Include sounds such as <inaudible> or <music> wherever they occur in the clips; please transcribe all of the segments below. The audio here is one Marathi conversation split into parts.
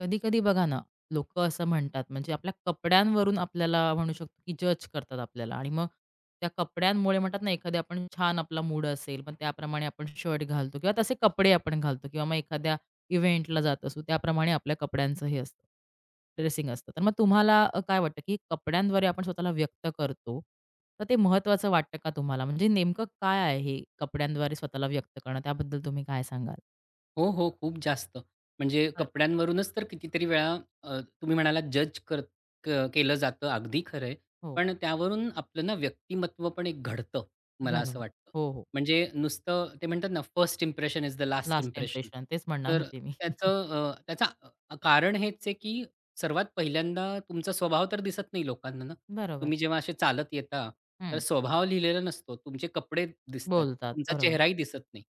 कधी-कधी बघा ना, लोकं असं म्हणतात म्हणजे आपल्या कपड्यांवरून आपल्याला म्हणू शकतो, की जज करतात आपल्याला आणि मग त्या कपड्यांमुळे म्हणतात ना, एखाद्या आपण छान आपला मूड असेल, पण त्याप्रमाणे आपण शर्ट घालतो किंवा तसे कपडे आपण घालतो किंवा मग एखाद्या इव्हेंटला जात असू, त्याप्रमाणे आपल्या कपड्यांचं हे असतं, ड्रेसिंग असतं. तर मग तुम्हाला काय वाटतं, की कपड्यांद्वारे आपण स्वतःला व्यक्त करतो, तर ते महत्त्वाचं वाटतं का तुम्हाला? म्हणजे नेमकं काय आहे हे कपड्यांद्वारे स्वतःला व्यक्त करणं? त्याबद्दल तुम्ही काय सांगाल? हो, हो. खूप जास्त. म्हणजे बरं. कपड्यांवरूनच तर कितीतरी वेळा तुम्ही म्हणालात जज कर क केलं जातं. अगदी खरं आहे. हो, पण त्यावरून आपलं ना व्यक्तिमत्व पण एक घडतं, मला असं बरोबर. वाटतं. हो, हो. म्हणजे नुसतं ते म्हणतात ना first impression is the last last impression. Impression तेच म्हणणार तर होते मी. <laughs> त्याचं कारण हेच आहे की सर्वात पहिल्यांदा तुमचा स्वभाव तर दिसत नाही लोकांना ना. बरोबर. तुम्ही जेव्हा असे चालत येता तर हं. स्वभाव लिहिलेला नसतो. तुमचे कपडे दिसतात. बोलतात. तुमचा बरोबर. चेहराही दिसत नाही.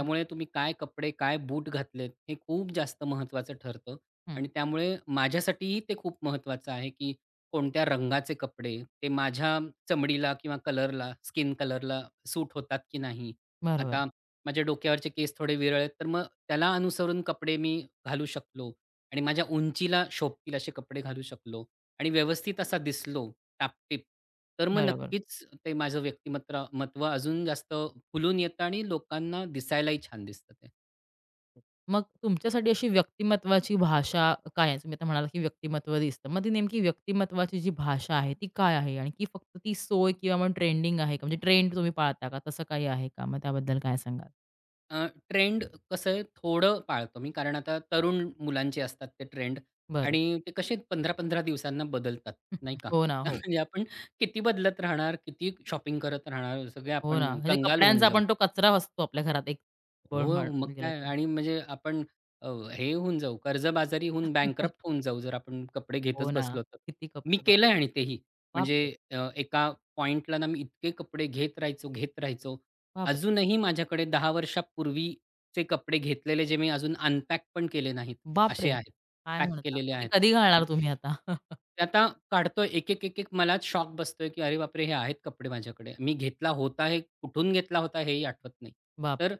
हं, तुम्ही काय कपडे, काय बूट घातलेत हे खूप जास्त महत्त्वाचं ठरतं हं. आणि त्यामुळे माझ्यासाठीही ते खूप महत्त्वाचं आहे, की कोणत्या रंगाचे कपडे ते माझ्या चमडीला किंवा कलरला, स्किन कलरला सूट होतात की नाही. बरोबर, आता माझ्या डोक्यावरचे केस थोडे विरळ आहेत, तर मग त्याला अनुसरून कपडे मी घालू शकलो आणि माझ्या उंचीला शोभतील असे कपडे घालू शकलो आणि व्यवस्थित असा दिसलो, टापटीप. तर मग बरोबर. नक्कीच ते माझं व्यक्तिमत्र मत्व अजून जास्त फुलून येतं आणि लोकांना दिसायलाही छान दिसतं ते. मग तुमच्यासाठी अशी व्यक्तिमत्वाची भाषा काय आहे? तुम्ही आता म्हणालात की व्यक्तिमत्त्व दिसतं. मग ती नेमकी व्यक्तिमत्त्वाची जी भाषा आहे ती काय आहे? आणि की फक्त ती सोय किंवा मग ट्रेंडिंग आहे का? म्हणजे ट्रेंड तुम्ही पाळता का? तसं काही आहे का? मग त्याबद्दल काय सांगाल? ट्रेंड कसं आहे थोडं पाळतो मी कारण आता तरुण मुलांचे असतात ते ट्रेंड बरं. आणि ते कसे 15-15 दिवसांना बदलतात, नाही का? हो ना. हो. <laughs> म्हणजे आपण किती बदलत राहणार, किती शॉपिंग करत राहणार, सगळे हो ना. आपण म्हणजे कंगाल होऊन कपड्यांचा जाऊ. पण तो कचरा असतो आपल्या घरात एक, बोल म्हण हो, मग गेलं काय तर. आणि म्हणजे आपण अ, हे होऊन जाऊ, कर्जबाजारी होऊन बँकरप्ट <laughs> होऊन जाऊ, जर आपण कपडे हो घेतच ना. बसलो तर. किती मी कपडे बाप केलंय आणि तेही. म्हणजे बापरे! एका पॉइंटला ना मी इतके कपडे घेत राहायचो. बापरे! अजूनही माझ्याकडे 10 वर्षापूर्वीचे कपडे घेतलेले जे मी अजून अनपॅक पण केले नाहीत, असे बापरे! आहेत. काय पॅक म्हणता? केलेले मग ते आहेत. कधी तर घालणार ते तुम्ही आता? <laughs> ते आता काढतोय एक-एक, एक-एक मलाच शॉक बसतोय, की अरे बापरे! हे आहेत कपडे माझ्याकडे. मी घेतला होता, हे कुठून घेतला होता हेही आठवत नाही. बाप, तर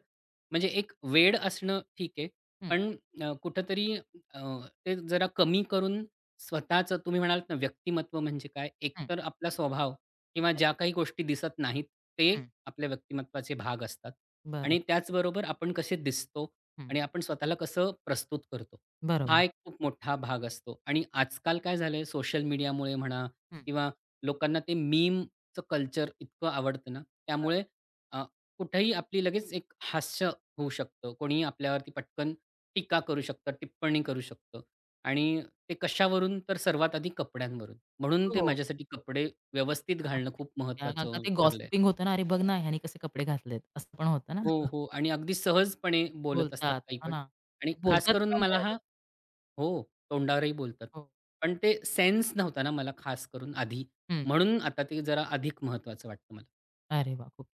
म्हणजे एक वेड असणं ठीक आहे. हं, पण कुठेतरी ते जरा कमी करून स्वतःचं तुम्ही म्हणालात ना, व्यक्तिमत्व म्हणजे काय? हं, एकतर आपला स्वभाव किंवा ज्या काही गोष्टी दिसत नाहीत, ते हं, आपल्या व्यक्तिमत्वाचे भाग असतात. बरं, आणि त्याचबरोबर आपण कसे दिसतो हं, आणि आपण स्वतःला कसं प्रस्तुत करतो. बरोबर, हा एक खूप मोठा भाग असतो. आणि आजकाल काय झालंय सोशल मीडियामुळे म्हणा हं, किंवा लोकांना ते मीमचं कल्चर इतकं आवडतं ना, बरं. त्यामुळे अ, कुठेही आपली लगेच एक हास्य होऊ शकतं. कोणीही आपल्यावरती पटकन टीका करू शकतं, टिप्पणी करू शकतं आणि ते कशावरून तर सर्वात आधी कपड्यांवरून. म्हणून ते हो. माझ्यासाठी कपडे व्यवस्थित घालणं खूप कारण का महत्त्वाचं ते ठरलंय. गॉसिपिंग होतं ना, "अरे बघ ना, ह्याने कसे कपडे घातलेत." असं पण होतं ना. हो, <laughs> हो आणि अगदी सहजपणे बोलत असतात बोलतात. काही हां पण ना. आणि खास बोलतात करून पण मला हा डायरेक्ट. हो, तोंडावरही बोलतात. हो. पण ते सेन्स नव्हता ना मला खास करून आधी. हं. म्हणून आता ते जरा अधिक महत्त्वाचं वाटतं मला. अरे वाह! खूप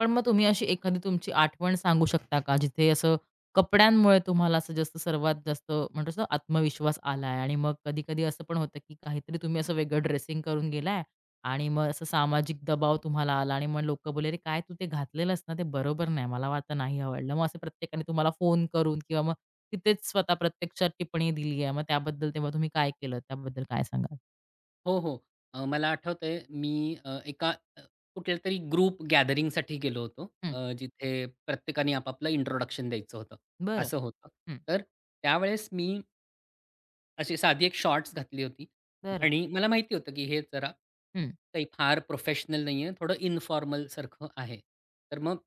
पण मग तुम्ही अशी एखादी तुमची आठवण सांगू शकता का? जिथे असं कपड्यांमुळे तुम्हाला असं जास्त सर्वात जास्त म्हणतो ना आत्मविश्वास आलाय आणि मग कधी-कधी असं पण होतं, की काहीतरी तुम्ही असं वेगळं ड्रेसिंग करून गेलाय आणि मग असं सामाजिक दबाव तुम्हाला आला आणि मग लोकं बोलले, "अरे काय तू ते घातलेलंस ना ते बरोबर नाही. मला वाटतं नाही आवडलं." मग असं प्रत्येकाने तुम्हाला फोन करून किंवा मग तिथेच स्वतः प्रत्यक्षात टिप्पणी दिली आहे. मग त्याबद्दल तेव्हा तुम्ही काय केलं? त्याबद्दल काय सांगाल? हो, हो. मला आठवतंय मी एका कुठल्यातरी ग्रुप गॅदरिंगसाठी गेलो होतो. हं. जिथे प्रत्येकाने आपापलं इंट्रोडक्शन द्यायचं होतं, बरं. असं होतं. हं. तर त्यावेळेस मी अशी साधी एक शॉर्ट्स घातली होती बरं. आणि मला माहिती होतं, की हे जरा हं. काही फार प्रोफेशनल नाहीये, थोडं इन्फॉर्मल सारखं आहे. तर मग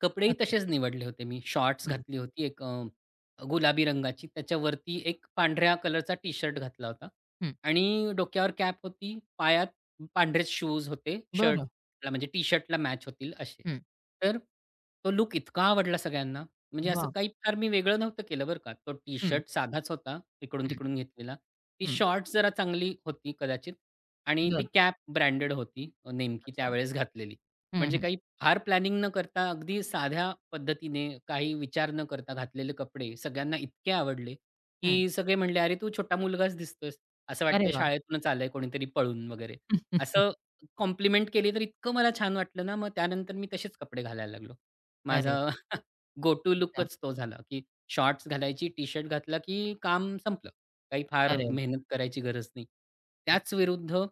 कपडेही अच्छा. तसेच निवडले होते मी. शॉर्ट्स हं. घातली होती एक गुलाबी रंगाची. त्याच्यावरती एक पांढऱ्या कलरचा टी-शर्ट घातला होता हं. आणि डोक्यावर कॅप होती. पायात पांढरेच शूज होते. बरं. शर्टला म्हणजे टी-शर्टला मॅच होतील असे. हं. तर तो लूक इतका आवडला सगळ्यांना म्हणजे असं वाह! काही फार मी वेगळं नव्हतं केलं बरं का. तो हं, टी-शर्ट साधाच होता, हं, इकडून-तिकडून घेतलेला. ती हं. शॉर्ट्स जरा चांगली होती कदाचित आणि ती बरं. कॅप ब्रँडेड होती नेमकी अच्छा. त्यावेळेस घातलेली. हं, म्हणजे हं, काही फार प्लॅनिंग न करता अगदी साध्या पद्धतीने, काही विचार न करता घातलेले कपडे सगळ्यांना इतके आवडले, हं. की सगळे म्हणले, "अरे, तू छोटा मुलगाच दिसतोयस. असं अरे वाटतंय वाह! शाळेतूनच आलंय कोणीतरी पळून वगैरे." हं. असं कॉम्प्लिमेंट केली तर इतकं मला छान वाटलं ना, मग त्यानंतर मी तसेच कपडे घालायला लागलो. माझा अरे गो टू खूप छान. लूकच तो झाला, की शॉर्ट्स घालायची, टी-शर्ट घातला, की काम संपलं. काही फार अरे मेहनत करायची गरज नाही. वाह! त्याच विरुद्ध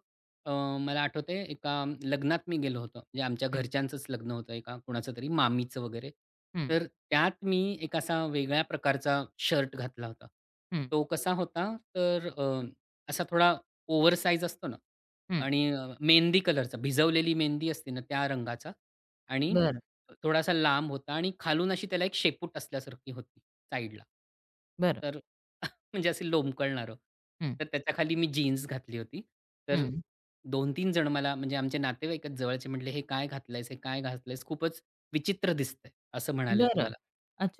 अ, मला आठवतंय एका लग्नात मी गेलो होतो. म्हणजे आमच्या हं, घरच्यांचंच लग्न होतं एका कुणाचं तरी मामीचं वगैरे. हं, तर त्यात मी एक असा वेगळ्या प्रकारचा शर्ट घातला होता. हं, तो कसा होता तर असा थोडा ओव्हरसाइज असतो ना हं. आणि मेहंदी कलरचा भिजवलेली मेहंदी असते ना त्या रंगाचा आणि बरं, थोडासा लांब होता आणि खालून अशी त्याला एक शेपूट असल्यासारखी होती साईडला. बरं. तर <laughs> म्हणजे असे लोंबकळणारं. हं, तर त्याच्या खाली मी जीन्स घातली होती. तर हं. 2 तीन जण मला म्हणजे आमचे नातेवाईकच जवळचे म्हटले, "हे काय घातलंयस? हे काय घातलंयस? खूपच विचित्र दिसतंय." असं म्हणाले ते बरं. मला.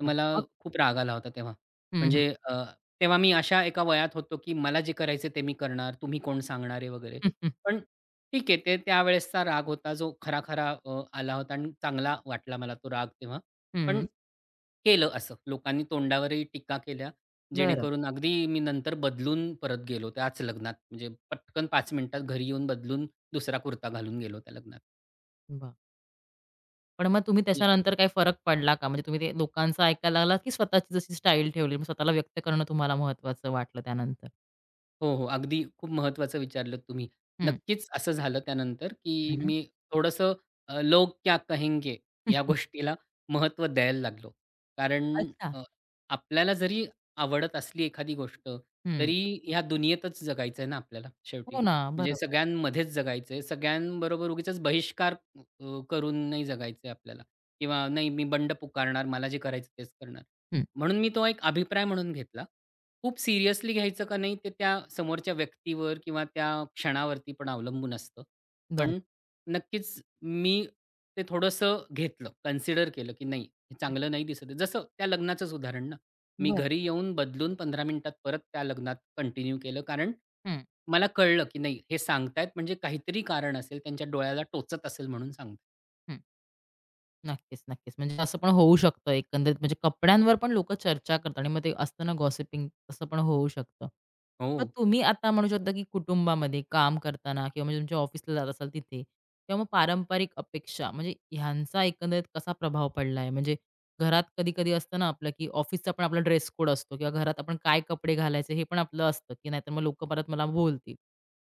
तर मला मग? खूप राग आला होता तेव्हा. हं, हं. म्हणजे तेव्हा मी अशा एका वयात होतो, की मला जे करायचे ते मी करणार. तुम्ही कोण सांगणारे वगैरे. हं. पण ठीक आहे. ते त्यावेळेसचा राग होता जो खरा-खरा आला होता आणि चांगला वाटला मला तो राग तेव्हा. हं, पण हं. केलं असं. लोकांनी तोंडावरही टीका केल्या. बरं. जेणेकरून अगदी मी नंतर बदलून परत गेलो त्याच लग्नात. म्हणजे पटकन 5 मिनिटात घरी येऊन बदलून दुसरा कुर्ता घालून गेलो त्या लग्नात. वाह! पण मग तुम्ही त्याच्यानंतर काही फरक पडला का? म्हणजे तुम्ही ते लोकांचं ऐकायला लागलात, की स्वतःची जशी स्टाईल ठेवली, मग स्वतःला व्यक्त करणं तुम्हाला महत्त्वाचं वाटलं त्यानंतर? हो, हो. अगदी खूप महत्त्वाचं विचारलंत तुम्ही. हं, नक्कीच असं झालं त्यानंतर, की हं. मी थोडंसं लोग क्या कहेंगे या गोष्टीला महत्त्व द्यायला लागलो. कारण अच्छा. अ, आपल्याला जरी आवडत असली एखादी गोष्ट, हं. तरी ह्या दुनियेतच जगायचं आहे ना आपल्याला शेवटी. हो ना. म्हणजे बरोबर. सगळ्यांमध्येच जगायचं आहे. सगळ्यांबरोबर उगीचच बहिष्कार करून नाही जगायचं आहे आपल्याला किंवा नाही मी बंड पुकारणार, मला जे करायचं तेच करणार. हं. म्हणून मी तो एक अभिप्राय म्हणून घेतला. खूप सिरियसली घ्यायचं का नाही ते त्या समोरच्या व्यक्तीवर किंवा त्या क्षणावरती पण अवलंबून असतं. बरं. पण नक्कीच मी ते थोडंसं घेतलं, कन्सिडर केलं, की नाही हे हं. चांगलं नाही दिसत आहे. जसं त्या लग्नाचंच उदाहरण ना. मी बरं. घरी येऊन बदलून 15 मिनिटात परत त्या लग्नात कंटिन्यू केलं. कारण हं, मला कळलं, की नाही हे सांगतायत म्हणजे काहीतरी कारण असेल, त्यांच्या डोळ्याला टोचत असेल म्हणून सांगतायत. हं. नक्कीच. म्हणजे असं पण होऊ शकतं एकंदरीत म्हणजे कपड्यांवर पण लोकं चर्चा करतात आणि मग ते असतं ना गॉसिपिंग तसं पण होऊ शकतं. हो. मग तुम्ही आता म्हणू शकता, की कुटुंबामध्ये काम करताना किंवा म्हणजे तुमच्या ऑफिसला जात असाल तिथे किंवा मग पारंपरिक अपेक्षा म्हणजे ह्यांचा एकंदरीत कसा प्रभाव पडला म्हणजे घरात कधी-कधी असतं ना आपलं, की ऑफिसचा पण आपला ड्रेस कोड असतो किंवा घरात आपण काय कपडे घालायचे हे पण आपलं असतं, की नाहीतर मग लोकं परत मला बोलतील.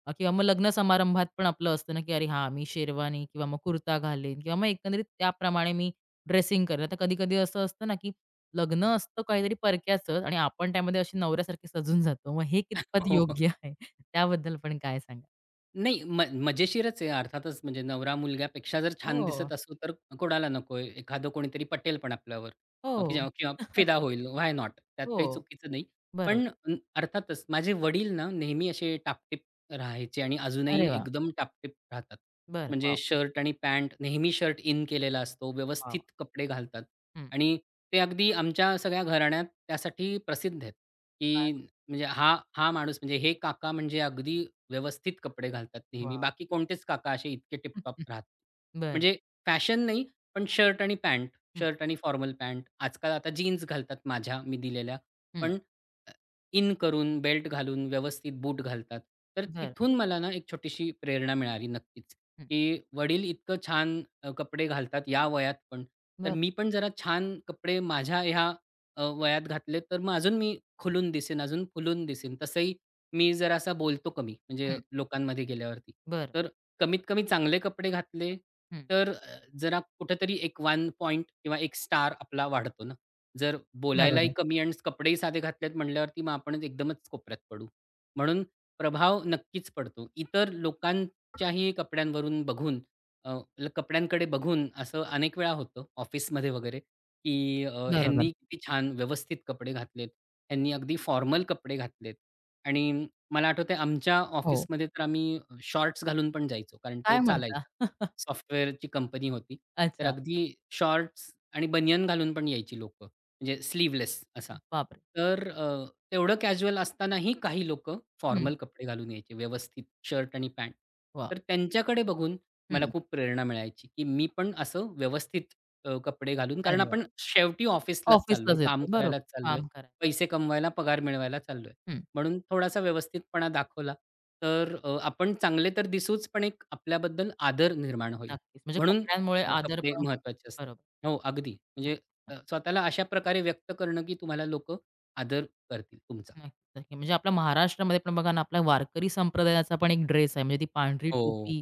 किंवा मग लग्न समारंभात पण आपलं असतं ना, की अरे हां, मी शेरवानी किंवा मग कुर्ता घालेन किंवा मग एकंदरीत त्याप्रमाणे मी ड्रेसिंग करेन. आता कधी-कधी असं असतं ना, की लग्न असतं काहीतरी परक्याचं आणि आपण त्यामध्ये अशी नवऱ्यासारखी सजून जातो. मग हे कितपत <laughs> हो. योग्य आहे? <laughs> त्याबद्दल पण काय सांगाल? नाही मजेशीरच आहे अर्थातच म्हणजे नवरा मुलग्यापेक्षा जर छान हो, दिसत असू तर कोणाला नकोय. एखादं कोणीतरी पटेल पण आपल्यावर अ, हो. किंवा किंवा फिदा <laughs> होईल. Why not? त्यात हो, काही चुकीचं नाही. बरोबर. पण अर्थातच माझे वडील ना नेहमी असे टापटीप राहायचे आणि अजूनही अरे वाह! एकदम टापटीप राहतात. बरं. म्हणजे वॉव! शर्ट आणि पॅन्ट नेहमी शर्ट इन केलेला असतो. वॉव! व्यवस्थित कपडे घालतात हं. आणि ते अगदी आमच्या सगळ्या घराण्यात त्यासाठी प्रसिद्ध आहेत, काय की म्हणजे हा हा माणूस म्हणजे हे काका म्हणजे अगदी व्यवस्थित कपडे घालतात नेहमी. वॉव! बाकी कोणतेच काका असे इतके टिपटॉप राहत नाही. बरं. म्हणजे फॅशन नाही, पण शर्ट आणि पॅन्ट, हं, शर्ट आणि फॉर्मल पॅन्ट. आजकाल आता जीन्स घालतात माझ्या मी दिलेल्या. हं. पण अ, इन करून, बेल्ट घालून, व्यवस्थित बूट घालतात. तर बरं. तिथून मला ना एक छोटीशी प्रेरणा मिळाली नक्कीच, हं. की वडील इतकं छान कपडे घालतात या वयात पण. तर बरं. मी पण जरा छान कपडे माझ्या ह्या वयात घातले, तर मग अजून मी खुलून दिसेन, अजून फुलून दिसेन. तसंही मी जरा असा बोलतो कमी, म्हणजे हं. लोकांमध्ये गेल्यावरती. बरं. तर कमीत कमी चांगले कपडे घातले, हं. तर जरा कुठेतरी एक 1 पॉइंट किंवा एक स्टार आपला वाढतो ना. जर बोलायलाही बरोबर, कमी आणि कपडेही साधे घातलेत म्हटल्यावरती मग आपण एकदमच कोपऱ्यात पडू. म्हणून प्रभाव नक्कीच पडतो. इतर लोकांच्याही कपड्यांवरून बघून अ, कपड्यांकडे बघून असं अनेक वेळा होतं ऑफिसमध्ये वगैरे, की बरोबर. ह्यांनी किती छान व्यवस्थित कपडे घातलेत. ह्यांनी अगदी फॉर्मल कपडे घातलेत. आणि मला आठवतंय आमच्या हो. ऑफिसमध्ये तर आम्ही शॉर्ट्स घालून पण जायचो, कारण काय ते म्हणता? चालायचं. सॉफ्टवेअरची कंपनी होती. तर अच्छा. अगदी शॉर्ट्स आणि बनियन घालून पण यायची लोक, म्हणजे स्लीव्हलेस असा. बापरे! तर तेवढं कॅज्युअल असतानाही काही लोकं हं. फॉर्मल कपडे घालून यायचे, व्यवस्थित शर्ट आणि पॅन्ट. वाह! तर त्यांच्याकडे बघून मला हं. खूप प्रेरणा मिळायची, की मी पण असं व्यवस्थित कपडे घालून कारण अरे वाह! आपण शेवटी ऑफिसलाच चाललोय, ऑफिसलाच काम येतोय. बरोबर. करायलाच चाललोय, काम करायला. पैसे कमवायला, पगार मिळवायला चाललोय. हं. म्हणून थोडासा व्यवस्थितपणा दाखवला, तर आपण चांगले तर दिसूच, पण एक आपल्याबद्दल आदर निर्माण होईल. नक्कीच. म्हणजे म्हणून कपड्यांमुळे आदर कपडे पण होतो. महत्त्वाचे असतात. बरोबर. हो, अगदी. म्हणजे नक्की, स्वतःला अशा प्रकारे व्यक्त करणं, की तुम्हाला लोक आदर करतील तुमचा. नक्की. म्हणजे आपल्या महाराष्ट्रामध्ये पण बघा ना, आपला वारकरी संप्रदायाचा पण एक ड्रेस आहे. म्हणजे ती पांढरी हो. टोपी,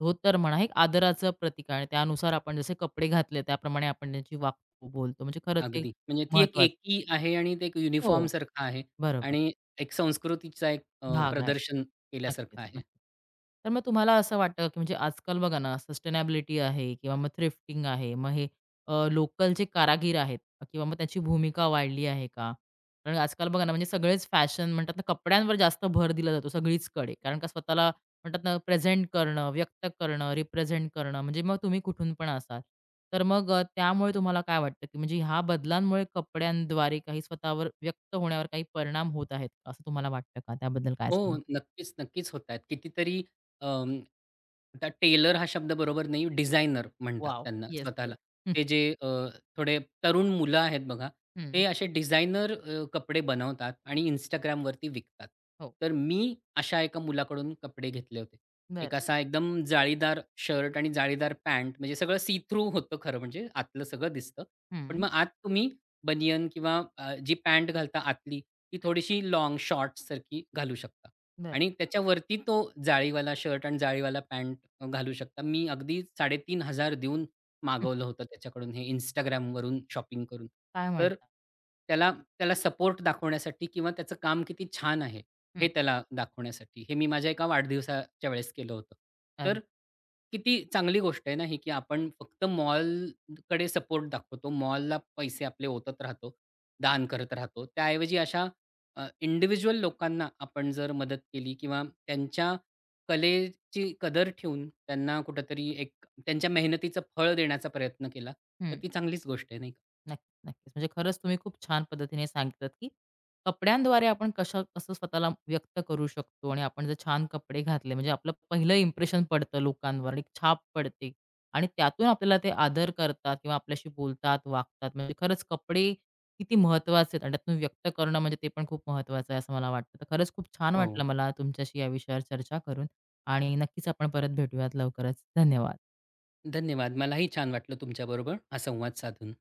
धोतर म्हणा, हे एक आदराचं प्रतीक आहे आणि त्यानुसार आपण जसे कपडे घातले, त्याप्रमाणे आपण त्यांची वागतो, बोलतो. म्हणजे खरंच हे अगदी. म्हणजे ती एक महत्वाचं एकी आहे आणि ते एक हो. युनिफॉर्मसारखं आहे बरोबर. आणि एक संस्कृतीचा एक भाग आहे. प्रदर्शन नक्कीच, केल्यासारखं आहे. नक्कीच. तर मग तुम्हाला असं वाटतं, की म्हणजे आजकाल बघा ना, सस्टेनेबिलिटी आहे किंवा मग थ्रिफ्टिंग आहे. मग हे लोकल जे कारागीर आहेत किंवा मग त्याची भूमिका वाढली आहे का? कारण आजकाल बघा ना, म्हणजे सगळेच फॅशन म्हणतात ना, कपड्यांवर जास्त भर दिला जातो सगळीचकडे. कारण का स्वतःला म्हणतात ना, प्रेझेंट करणं, व्यक्त करणं, रिप्रेझेंट करणं, म्हणजे मग तुम्ही कुठून पण असाल. तर मग त्यामुळे तुम्हाला काय वाटतं, की म्हणजे ह्या बदलांमुळे कपड्यांद्वारे काही स्वतःवर व्यक्त होण्यावर काही परिणाम होत आहेत, का? असं तुम्हाला वाटतं का? त्याबद्दल काय हो. नक्कीच, नक्कीच होत आहेत. कितीतरी अं, आता टेलर हा शब्द बरोबर नाही, डिझायनर म्हणतात वाव, त्यांना येस, स्वतःला. हो. हं, ते जे थोडे तरुण मुलं आहेत बघा, हं. ते असे डिझायनर कपडे बनवतात आणि Instagramवरती विकतात. हो. तर मी अशा एका मुलाकडून कपडे घेतले होते. बरं. एक असा एकदम जाळीदार शर्ट आणि जाळीदार पॅन्ट म्हणजे सगळं सी थ्रू होतं खरं म्हणजे आतलं सगळं दिसतं. पण हं, मग आत तुम्ही बनियन किंवा जी पॅन्ट घालता आतली ती थोडीशी लाँग शॉर्ट्ससारखी घालू शकता बरं. आणि त्याच्यावरती तो जाळीवाला शर्ट आणि जाळीवाला पॅन्ट घालू शकता. मी अगदी 3500 देऊन हं. मागवलं होतं त्याच्याकडून हे Instagramवरून शॉपिंग करून. काय तर म्हणता? त्याला त्याला सपोर्ट दाखवण्यासाठी किंवा त्याचं काम किती छान आहे, हं. हे त्याला दाखवण्यासाठी. हे मी माझ्या एका वाढदिवसाच्या वेळेस केलं होतं. अरे! तर किती चांगली गोष्ट आहे ना ही, की आपण फक्त मॉलकडे सपोर्ट दाखवतो. मॉलला पैसे आपले ओतत राहतो, दान करत राहतो. त्याऐवजी अशा इंडिव्हिज्युअल लोकांना आपण जर मदत केली किंवा त्यांच्या कलेची कदर ठेवून त्यांना कुठेतरी एक त्यांच्या मेहनतीचं फळ देण्याचा प्रयत्न केला, तर ती चांगलीच गोष्ट आहे, नाही का? नक्कीच. म्हणजे खरंच तुम्ही खूप छान पद्धतीने सांगितलंत, की कपड्यांद्वारे आपण कसं कसं स्वतःला व्यक्त करू शकतो आणि आपण जर छान कपडे घातले, म्हणजे आपलं पहिलं इम्प्रेशन पडतं लोकांवर, एक छाप पडते आणि त्यातून आपल्याला ते आदर करतात किंवा आपल्याशी बोलतात, वागतात. म्हणजे खरंच कपडे किती महत्त्वाचे आहेत आणि त्यातून व्यक्त करणं म्हणजे ते पण खूप महत्त्वाचं आहे असं मला वाटतं. तर खरंच खूप छान हो. वाटलं हो. मला तुमच्याशी या विषयावर चर्चा करून आणि नक्कीच आपण परत भेटूयात लवकरच. धन्यवाद. धन्यवाद. मलाही छान वाटलं तुमच्याबरोबर हा संवाद साधून.